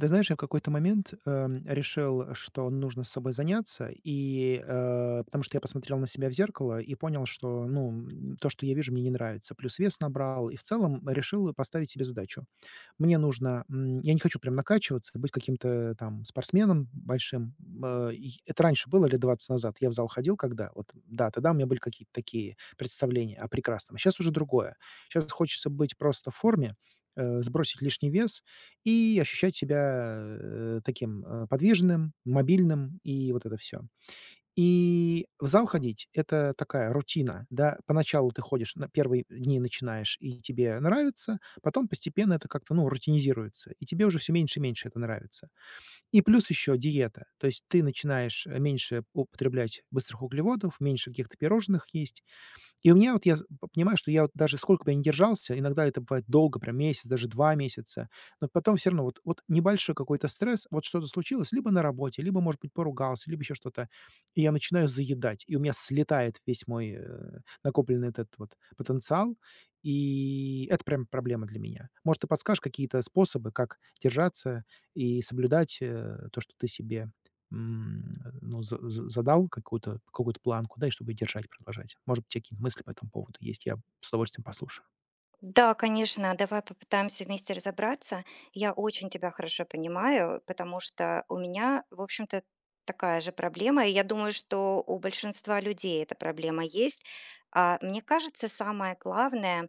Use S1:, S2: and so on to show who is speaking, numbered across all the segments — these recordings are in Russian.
S1: Ты знаешь, я в какой-то момент, решил, что нужно с собой заняться, и, потому что я посмотрел на себя в зеркало и понял, что, ну, то, что я вижу, мне не нравится. Плюс вес набрал, и в целом решил поставить себе задачу. Мне нужно, я не хочу прям накачиваться, быть каким-то там спортсменом большим. И это раньше было лет 20 назад. Я в зал ходил когда, вот, да, тогда у меня были какие-то такие представления о прекрасном. Сейчас уже другое. Сейчас хочется быть просто в форме, сбросить лишний вес и ощущать себя, таким, подвижным, мобильным и вот это все. И в зал ходить- это такая рутина, да. Поначалу ты ходишь, на первые дни начинаешь, и тебе нравится, потом постепенно это как-то, ну, рутинизируется, и тебе уже все меньше и меньше это нравится. И плюс еще диета. То есть ты начинаешь, меньше употреблять быстрых углеводов, меньше каких-то пирожных есть, и у меня вот я понимаю, что я вот даже сколько бы я ни держался, иногда это бывает долго, прям месяц, даже 2 месяца, но потом все равно вот небольшой какой-то стресс, вот что-то случилось либо на работе, либо, может быть, поругался, либо еще что-то, и я начинаю заедать, и у меня слетает весь мой, накопленный этот вот потенциал, и это прям проблема для меня. Может, ты подскажешь какие-то способы, как держаться и соблюдать, то, что ты себе М, ну, за задал какую-то какую-то планку, да, и чтобы ее держать, продолжать. Может быть, у тя какие-то мысли по этому поводу есть? Я с удовольствием послушаю.
S2: Да, конечно, давай попытаемся вместе разобраться. Я очень тебя хорошо понимаю, потому что у меня, в общем-то, такая же проблема, и я думаю, что у большинства людей эта проблема есть. Мне кажется, самое главное,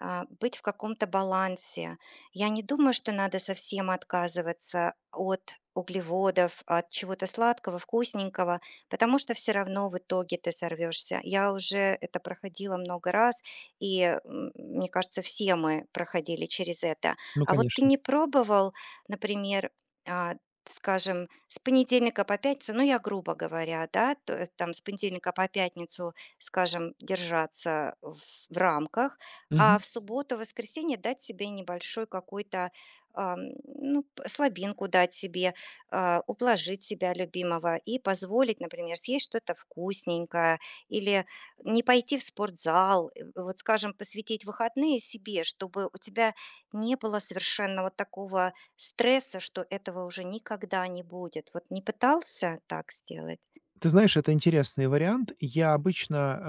S2: быть в каком-то балансе. Я не думаю, что надо совсем отказываться от углеводов, от чего-то сладкого, вкусненького, потому что все равно в итоге ты сорвешься. Я уже это проходила много раз, и мне кажется, все мы проходили через это.
S1: Ну,
S2: А вот ты
S1: конечно.
S2: не пробовал, например, а, скажем, с понедельника по пятницу, ну я грубо говоря, да, там с понедельника по пятницу, скажем, держаться в рамках, а в субботу, воскресенье дать себе небольшой какой-то, ну, п слабинку дать себе, ублажить себя любимого и позволить, например, съесть что-то вкусненькое или не пойти в спортзал. Вот, скажем, посвятить выходные себе, чтобы у тебя не было совершенно вот такого стресса, что этого уже никогда не будет. Вот не пытался так сделать?
S1: Ты знаешь, это интересный вариант. Я обычно,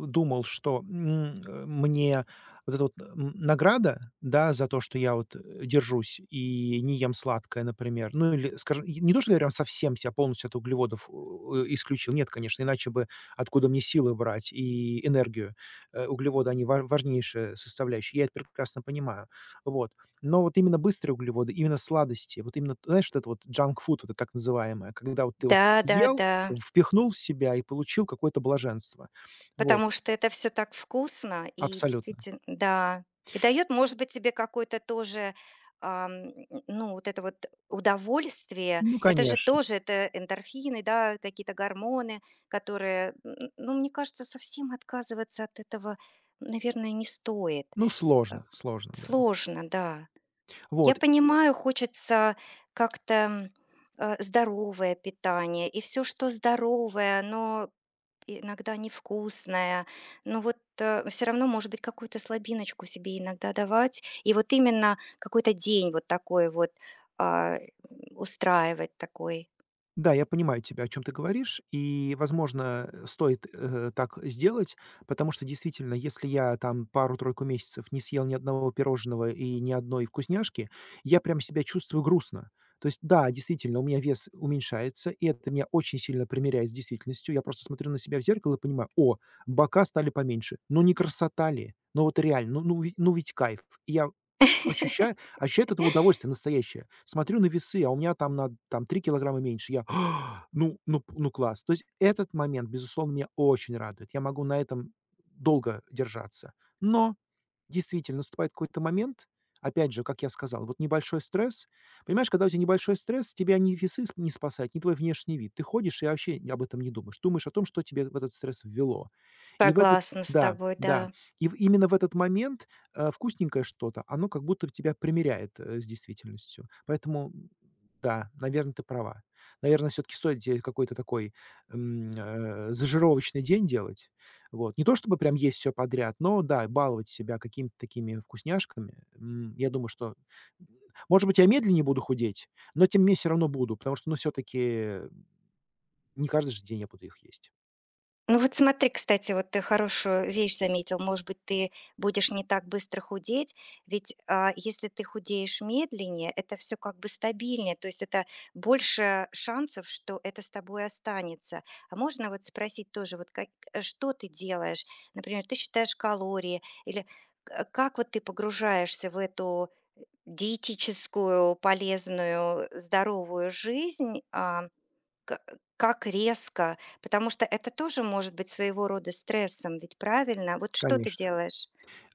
S1: думал, что, мне вот эта вот, награда, да, за то, что я вот, держусь и не ем сладкое, например. Ну, или, скажем, и не то, что я прям совсем себя полностью от углеводов, исключил. Нет, конечно, иначе бы откуда мне силы брать и энергию? Углеводы- они ва важнейшая составляющая. Я это прекрасно понимаю. Вот. Но вот именно быстрые углеводы, именно сладости, вот именно, знаешь, вот это вот junk food, вот это так называемое, когда вот ты вот съел.
S2: Да-да-да.
S1: Впихнул в себя и получил какое-то блаженство. Вот,
S2: Потому что это все так вкусно и
S1: абсолютно.
S2: действительно, да. И дает, может быть, тебе какое-то тоже, ам, ну, вот это вот удовольствие.
S1: Ну,
S2: Это же
S1: конечно.
S2: тоже, это эндорфины, да, какие-то гормоны, которые, н ну, мне кажется, совсем отказываться от этого, наверное, не стоит.
S1: Ну,
S2: Э,
S1: сложно, сложно, да.
S2: Сложно, да. Я
S1: Вот.
S2: понимаю, хочется как-то, здоровое питание и все, что здоровое, оно иногда невкусное, но вот, все равно, может быть, какую-то слабиночку себе иногда давать. И вот именно какой-то день вот такой вот, а, устраивать такой.
S1: Да, я понимаю тебя, о чем ты говоришь, и, возможно, стоит, так сделать, потому что, действительно, если я там пару-тройку месяцев не съел ни одного пирожного и ни одной вкусняшки, я прям себя чувствую грустно. То есть, да, действительно, у меня вес уменьшается, и это меня очень сильно примиряет с действительностью. Я просто смотрю на себя в зеркало и понимаю: «О, бока стали поменьше». Ну, не красота ли? Ну, вот реально, ну ведь кайф. И я Ощуща Ощущает это удовольствие настоящее. Смотрю на весы, а у меня там на там 3 килограмма меньше. Я: «А, ну ну п ну класс». То есть этот момент, безусловно, меня очень радует. Я могу на этом долго держаться. Но действительно, наступает какой-то момент, опять же, как я сказал, вот небольшой стресс. Понимаешь, когда у тебя небольшой стресс, тебя ни весы не спасают, ни твой внешний вид. Ты ходишь и вообще об этом не думаешь. Думаешь о том, что тебе в этот стресс ввело. И в этот
S2: Согласна с
S1: Да,
S2: тобой,
S1: да.
S2: да.
S1: Именно в этот момент вкусненькое что-то, оно как будто тебя примеряет с действительностью. Поэтому, да, наверное, ты права. Наверное, все-таки стоит тебе какой-то такой зажировочный день делать, вот. Не то чтобы прям есть все подряд, но да, баловать себя какими-то такими вкусняшками, я думаю, что, м, может быть, я медленнее буду худеть, но тем не менее все равно буду, потому что, ну, все таки не каждый же день я буду их есть.
S2: Ну вот смотри, кстати, вот ты хорошую вещь заметил. Может быть, ты будешь не так быстро худеть, ведь если ты худеешь медленнее, это все как бы стабильнее, то есть это больше шансов, что это с тобой останется. А можно вот спросить тоже, вот как, что ты делаешь? Например, ты считаешь калории или как вот ты погружаешься в эту диетическую, полезную, здоровую жизнь? А, Ка Как резко, потому что это тоже может быть своего рода стрессом, ведь правильно? Вот что ты
S1: Конечно.
S2: делаешь?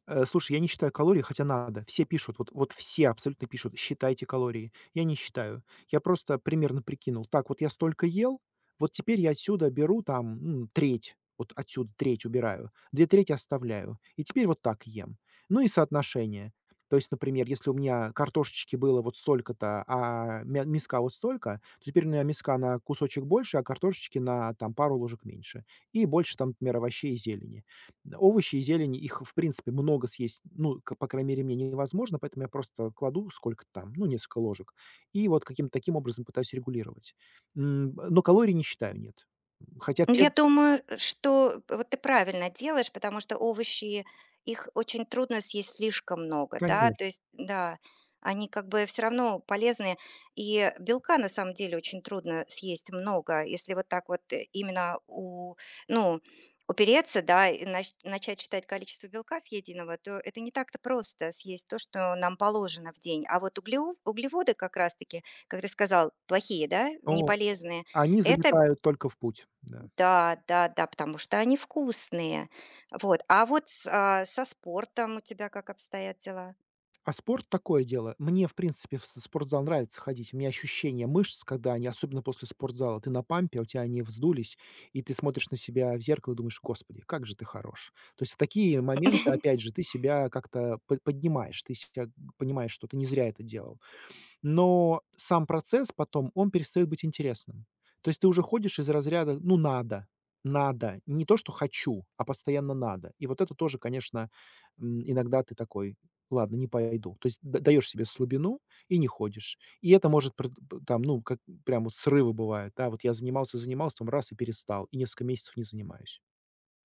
S1: Слушай, я не считаю калории, хотя надо. Все пишут, вот все абсолютно пишут: «Считайте калории». Я не считаю. Я просто примерно прикинул: так, вот я столько ел, вот теперь я отсюда беру там, треть, вот отсюда треть убираю, 2 трети оставляю, и теперь вот так ем. Ну и соотношение. То есть, например, если у меня картошечки было вот столько-то, а мя миска вот столько, то теперь у меня миска на кусочек больше, а картошечки на там пару ложек меньше. И больше там, например, овощей и зелени. Овощи и зелень, их, в принципе, много съесть, ну, к по крайней мере, мне невозможно, поэтому я просто кладу сколько там, ну, несколько ложек, и вот каким-то таким образом пытаюсь регулировать. Но калорий не считаю, нет. Хотя
S2: Ну,
S1: те
S2: я думаю, что вот ты правильно делаешь, потому что овощи, их очень трудно съесть слишком много, да,
S1: Конечно,
S2: то есть, да, они как бы все равно полезны, и белка на самом деле очень трудно съесть много, если вот так вот именно ну, упереться, да, и начать считать количество белка съеденного, то это не так-то просто съесть то, что нам положено в день. А вот углеводы как раз-таки, как ты сказал, плохие, да,
S1: но
S2: неполезные,
S1: они
S2: это
S1: залетают только в путь, да.
S2: да, да, да, потому что они вкусные. Вот. А вот с со спортом у тебя как обстоят дела?
S1: А спорт такое дело. Мне, в принципе, в с спортзал нравится ходить. У меня ощущение мышц, когда они, особенно после спортзала, ты на пампе, а у тебя они вздулись, и ты смотришь на себя в зеркало и думаешь: «Господи, как же ты хорош». То есть в такие моменты, опять же, ты себя как-то поднимаешь, ты себя понимаешь, что ты не зря это делал. Но сам процесс потом, он перестает быть интересным. То есть ты уже ходишь из разряда: «Ну, надо, надо». Не то, что хочу, а постоянно надо. И вот это тоже, конечно, иногда ты такой: «Ладно, не пойду». То есть да даешь себе слабину и не ходишь. И это может пред п там, ну, как прям вот срывы бывают, да. Вот я занимался, там и перестал, и несколько месяцев не занимаюсь.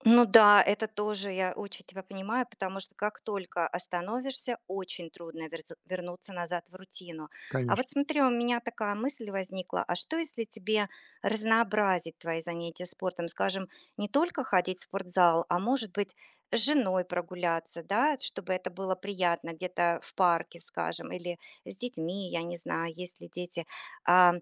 S2: Ну да, это тоже я очень тебя понимаю, потому что как только остановишься, очень трудно вернуться назад в рутину. А
S1: Конечно.
S2: вот смотри, у меня такая мысль возникла, а что если тебе разнообразить твои занятия спортом, скажем, не только ходить в спортзал, а может быть с женой прогуляться, да, чтобы это было приятно где-то в парке, скажем, или с детьми, я не знаю, есть ли дети. А,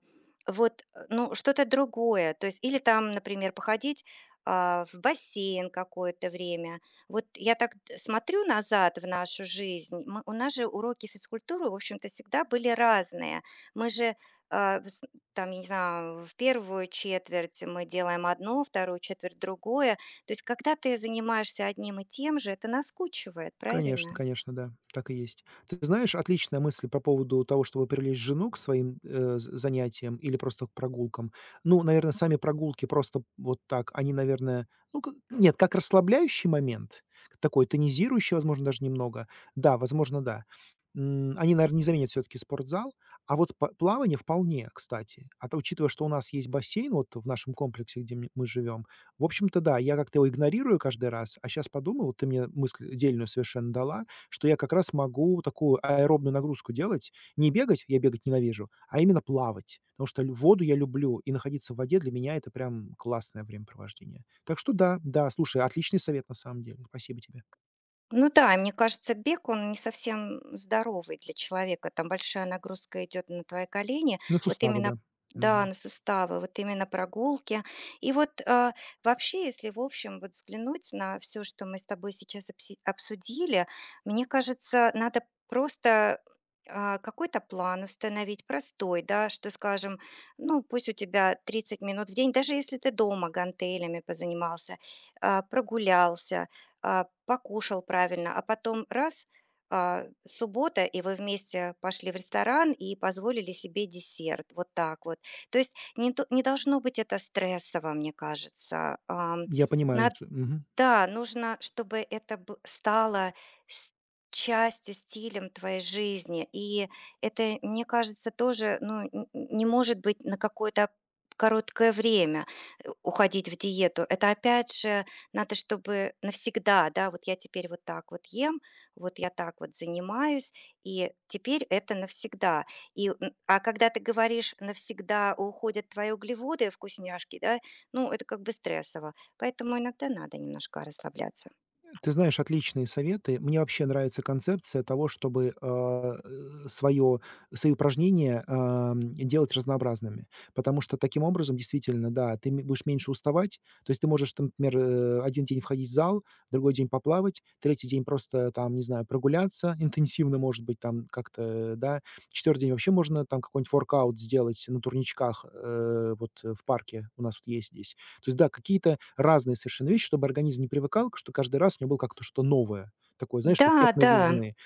S2: вот, ну, что-то другое, то есть, или там, например, походить в бассейн какое-то время. Вот я так смотрю назад в нашу жизнь. У нас же уроки физкультуры, в общем-то, всегда были разные. Мы же а, с- там, я не знаю, в первую четверть мы делаем одно, вторую четверть другое. То есть, когда ты занимаешься одним и тем же, это наскучивает,
S1: Конечно,
S2: правильно?
S1: конечно, да, так и есть. Ты знаешь, отличная мысль по поводу того, чтобы привлечь жену к своим, э, з занятиям или просто к прогулкам. Ну, наверное, сами прогулки просто вот так, они, наверное, ну, к нет, как расслабляющий момент, такой тонизирующий, возможно, даже немного. Да, возможно, да. Они, наверное, не заменят все таки спортзал, а вот па плавание вполне, кстати. А то, учитывая, что у нас есть бассейн вот в нашем комплексе, где мне мы живем, в общем-то, да, я как-то его игнорирую каждый раз, а сейчас подумал, ты мне мысль дельную совершенно дала, что я как раз могу такую аэробную нагрузку делать. Не бегать, я бегать ненавижу, а именно плавать, потому что лю воду я люблю, и находиться в воде для меня- это прям классное времяпровождение. Так что да, да, слушай, отличный совет на самом деле. Спасибо тебе.
S2: Ну да, и мне кажется, бег, он не совсем здоровый для человека. Там большая нагрузка идет на твои колени.
S1: На
S2: Вот
S1: суставы, да.
S2: именно да,
S1: Мгм.
S2: на суставы, вот именно прогулки. И вот вообще, если в общем вот взглянуть на все, что мы с тобой сейчас обсудили, мне кажется, надо просто какой-то план установить простой, да, что, скажем, ну, пусть у тебя 30 минут в день, даже если ты дома гантелями позанимался, прогулялся, покушал правильно, а потом раз, суббота, и вы вместе пошли в ресторан и позволили себе десерт. Вот так вот. То есть не должно быть это стрессово, мне кажется.
S1: Я понимаю,
S2: Над-
S1: что мгм.
S2: да, нужно, чтобы это б стало с частью, стилем твоей жизни. И это, мне кажется, тоже, ну, н не может быть на какое-то короткое время, уходить в диету. Это опять же надо, чтобы навсегда, да, вот я теперь вот так вот ем, вот я так вот занимаюсь, и теперь это навсегда. И, а когда ты говоришь: "Навсегда уходят твои углеводы, вкусняшки", да, ну, это как бы стрессово. Поэтому иногда надо немножко расслабляться.
S1: Ты знаешь, отличные советы. Мне вообще нравится концепция того, чтобы свое э, своё свои упражнения, делать разнообразными. Потому что таким образом, действительно, да, ты ме будешь меньше уставать. То есть ты можешь, там, например, один день входить в зал, другой день поплавать, третий день просто, там, не знаю, прогуляться интенсивно, может быть, там, как-то, да. Четвертый день вообще можно, там, какой-нибудь воркаут сделать на турничках, вот, в парке у нас вот есть здесь. То есть, да, какие-то разные совершенно вещи, чтобы организм не привыкал, что каждый раз у него было как-то что-то новое. Такое, знаешь,
S2: Да,
S1: эффект
S2: да,
S1: новизны.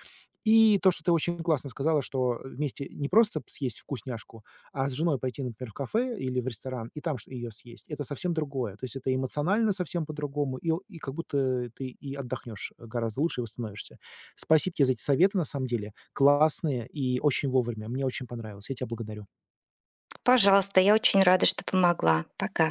S1: И то, что ты очень классно сказала, что вместе не просто съесть вкусняшку, а с женой пойти, например, в кафе или в ресторан и там ее съесть. Это совсем другое. То есть это эмоционально совсем по-другому, и как будто ты и отдохнешь гораздо лучше и восстановишься. Спасибо тебе за эти советы, на самом деле. Классные и очень вовремя. Мне очень понравилось. Я тебя благодарю.
S2: пожалуйста, я очень рада, что помогла. Пока.